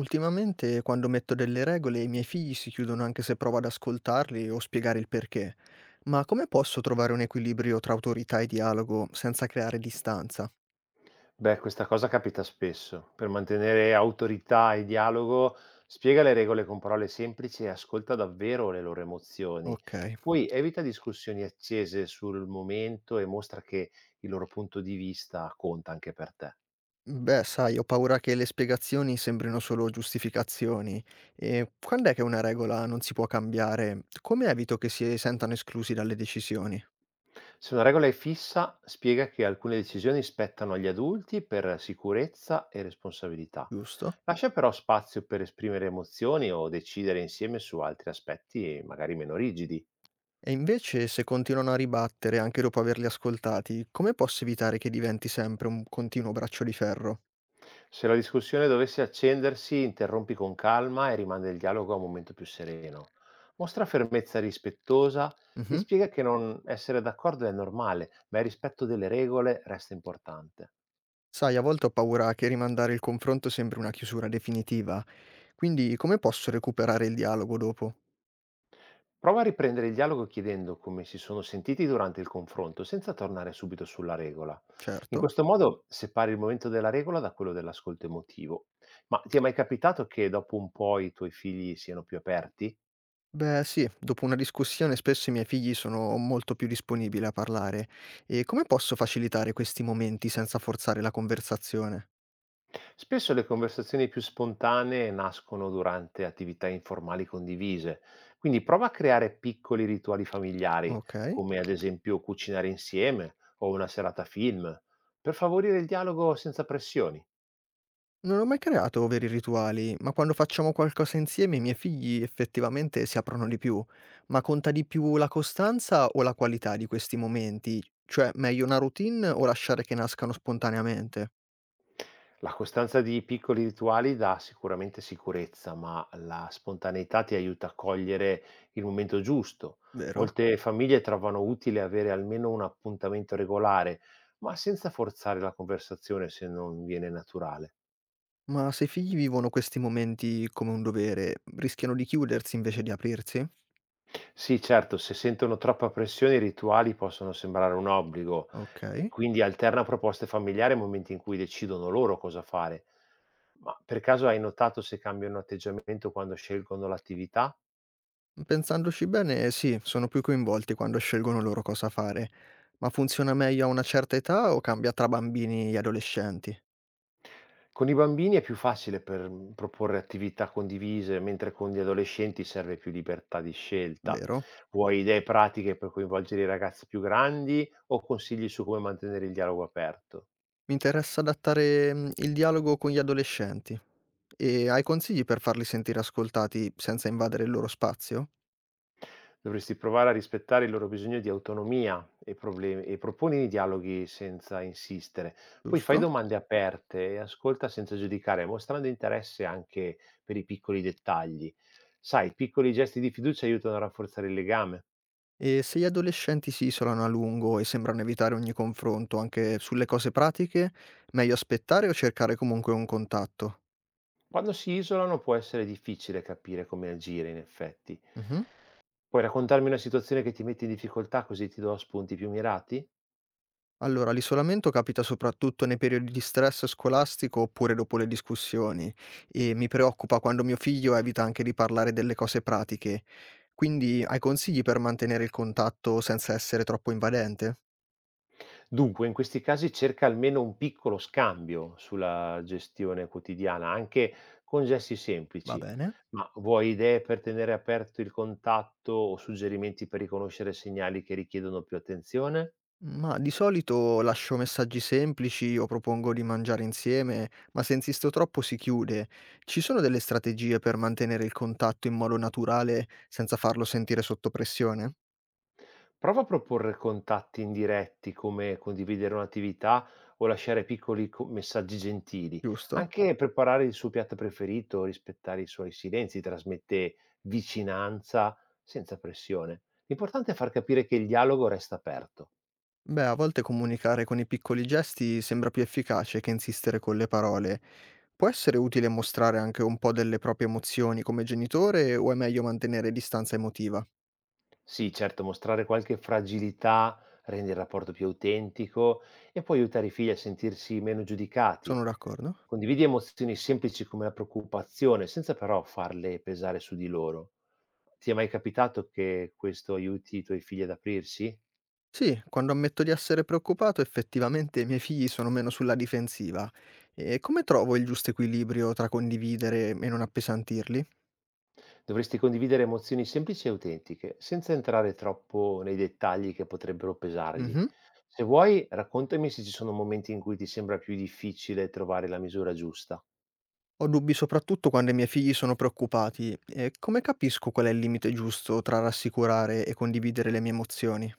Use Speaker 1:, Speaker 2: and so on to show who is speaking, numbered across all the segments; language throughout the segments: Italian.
Speaker 1: Ultimamente, quando metto delle regole, i miei figli si chiudono anche se provo ad ascoltarli o spiegare il perché. Ma come posso trovare un equilibrio tra autorità e dialogo senza creare distanza?
Speaker 2: Beh, questa cosa capita spesso. Per mantenere autorità e dialogo, spiega le regole con parole semplici e ascolta davvero le loro emozioni.
Speaker 1: Ok.
Speaker 2: Poi evita discussioni accese sul momento e mostra che il loro punto di vista conta anche per te.
Speaker 1: Beh, sai, ho paura che le spiegazioni sembrino solo giustificazioni. E quando è che una regola non si può cambiare? Come evito che si sentano esclusi dalle decisioni?
Speaker 2: Se una regola è fissa, spiega che alcune decisioni spettano agli adulti per sicurezza e responsabilità.
Speaker 1: Giusto?
Speaker 2: Lascia però spazio per esprimere emozioni o decidere insieme su altri aspetti, magari meno rigidi.
Speaker 1: E invece, se continuano a ribattere anche dopo averli ascoltati, come posso evitare che diventi sempre un continuo braccio di ferro?
Speaker 2: Se la discussione dovesse accendersi, interrompi con calma e rimanda il dialogo a un momento più sereno. Mostra fermezza rispettosa e
Speaker 1: Mhm.
Speaker 2: spiega che non essere d'accordo è normale, ma il rispetto delle regole resta importante.
Speaker 1: Sai, a volte ho paura che rimandare il confronto sembri una chiusura definitiva, quindi come posso recuperare il dialogo dopo?
Speaker 2: Prova a riprendere il dialogo chiedendo come si sono sentiti durante il confronto, senza tornare subito sulla regola. In
Speaker 1: Certo.
Speaker 2: questo modo separi il momento della regola da quello dell'ascolto emotivo. Ma ti è mai capitato che dopo un po' i tuoi figli siano più aperti?
Speaker 1: Beh, sì, dopo una discussione spesso i miei figli sono molto più disponibili a parlare. E come posso facilitare questi momenti senza forzare la conversazione?
Speaker 2: Spesso le conversazioni più spontanee nascono durante attività informali condivise, quindi prova a creare piccoli rituali familiari,
Speaker 1: Ok.
Speaker 2: come ad esempio cucinare insieme o una serata film, per favorire il dialogo senza pressioni.
Speaker 1: Non ho mai creato veri rituali, ma quando facciamo qualcosa insieme i miei figli effettivamente si aprono di più. Ma conta di più la costanza o la qualità di questi momenti? Cioè, meglio una routine o lasciare che nascano spontaneamente,
Speaker 2: La costanza di piccoli rituali dà sicuramente sicurezza, ma la spontaneità ti aiuta a cogliere il momento giusto.
Speaker 1: vero?
Speaker 2: Molte famiglie trovano utile avere almeno un appuntamento regolare, ma senza forzare la conversazione se non viene naturale.
Speaker 1: Ma se i figli vivono questi momenti come un dovere, rischiano di chiudersi invece di aprirsi?
Speaker 2: Sì, certo, se sentono troppa pressione i rituali possono sembrare un obbligo, e
Speaker 1: Ok.
Speaker 2: quindi alterna proposte familiari ai momenti in cui decidono loro cosa fare. Ma per caso hai notato se cambiano atteggiamento quando scelgono l'attività?
Speaker 1: Pensandoci bene, sì, sono più coinvolti quando scelgono loro cosa fare. Ma funziona meglio a una certa età o cambia tra bambini e adolescenti,
Speaker 2: Con i bambini è più facile per, proporre attività condivise, mentre con gli adolescenti serve più libertà di scelta.
Speaker 1: vero?
Speaker 2: Vuoi idee pratiche per coinvolgere i ragazzi più grandi o consigli su come mantenere il dialogo aperto?
Speaker 1: Mi interessa adattare, il dialogo con gli adolescenti. E hai consigli per farli sentire ascoltati senza invadere il loro spazio?
Speaker 2: Dovresti provare a rispettare il loro bisogno di autonomia e problemi e proponi i dialoghi senza insistere. Poi fai
Speaker 1: Giusto.
Speaker 2: domande aperte e ascolta senza giudicare, mostrando interesse anche per i piccoli dettagli. Sai, piccoli gesti di fiducia aiutano a rafforzare il legame.
Speaker 1: E se gli adolescenti si isolano a lungo e sembrano evitare ogni confronto, anche sulle cose pratiche, meglio aspettare o cercare comunque un contatto?
Speaker 2: Quando si isolano può essere difficile capire come agire, in effetti.
Speaker 1: Mh-mh.
Speaker 2: Puoi raccontarmi una situazione che ti mette in difficoltà così ti do spunti più mirati?
Speaker 1: Allora, l'isolamento capita soprattutto nei periodi di stress scolastico oppure dopo le discussioni e mi preoccupa quando mio figlio evita anche di parlare delle cose pratiche. Quindi hai consigli per mantenere il contatto senza essere troppo invadente?
Speaker 2: Dunque, in questi casi cerca almeno un piccolo scambio sulla gestione quotidiana, anche con gesti
Speaker 1: Va
Speaker 2: semplici.
Speaker 1: bene.
Speaker 2: Ma vuoi idee per tenere aperto il contatto o suggerimenti per riconoscere segnali che richiedono più attenzione?
Speaker 1: Ma di solito lascio messaggi semplici o propongo di mangiare insieme, ma se insisto troppo si chiude. Ci sono delle strategie per mantenere il contatto in modo naturale senza farlo sentire sotto pressione?
Speaker 2: Prova a proporre contatti indiretti come condividere un'attività o lasciare piccoli messaggi gentili.
Speaker 1: Giusto?
Speaker 2: Anche preparare il suo piatto preferito, rispettare i suoi silenzi, trasmette vicinanza senza pressione. L'importante è far capire che il dialogo resta aperto.
Speaker 1: Beh, a volte comunicare con i piccoli gesti sembra più efficace che insistere con le parole. Può essere utile mostrare anche un po' delle proprie emozioni come genitore o è meglio mantenere distanza emotiva?
Speaker 2: Sì, certo, mostrare qualche fragilità rende il rapporto più autentico e può aiutare i figli a sentirsi meno giudicati.
Speaker 1: Sono d'accordo.
Speaker 2: Condividi emozioni semplici come la preoccupazione, senza però farle pesare su di loro. Ti è mai capitato che questo aiuti i tuoi figli ad aprirsi?
Speaker 1: Sì, quando ammetto di essere preoccupato, effettivamente i miei figli sono meno sulla difensiva. E come trovo il giusto equilibrio tra condividere e non appesantirli?
Speaker 2: Dovresti condividere emozioni semplici e autentiche, senza entrare troppo nei dettagli che potrebbero pesargli.
Speaker 1: Mhm.
Speaker 2: Se vuoi, raccontami se ci sono momenti in cui ti sembra più difficile trovare la misura giusta.
Speaker 1: Ho dubbi soprattutto quando i miei figli sono preoccupati. E come capisco qual è il limite giusto tra rassicurare e condividere le mie emozioni?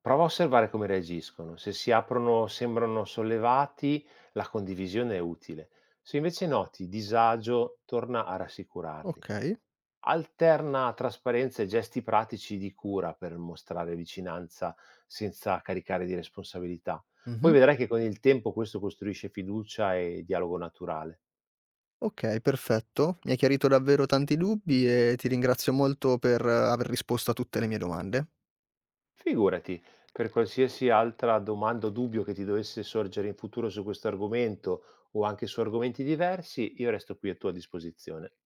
Speaker 2: Prova a osservare come reagiscono. Se si aprono, sembrano sollevati, la condivisione è utile. Se invece noti disagio, torna a rassicurarli.
Speaker 1: Okay.
Speaker 2: Alterna trasparenza e gesti pratici di cura per mostrare vicinanza senza caricare di responsabilità. Poi
Speaker 1: Mh-mh.
Speaker 2: vedrai che con il tempo questo costruisce fiducia e dialogo naturale.
Speaker 1: Okay, perfetto. Mi hai chiarito davvero tanti dubbi e ti ringrazio molto per aver risposto a tutte le mie domande.
Speaker 2: Figurati, per qualsiasi altra domanda o dubbio che ti dovesse sorgere in futuro su questo argomento o anche su argomenti diversi, io resto qui a tua disposizione.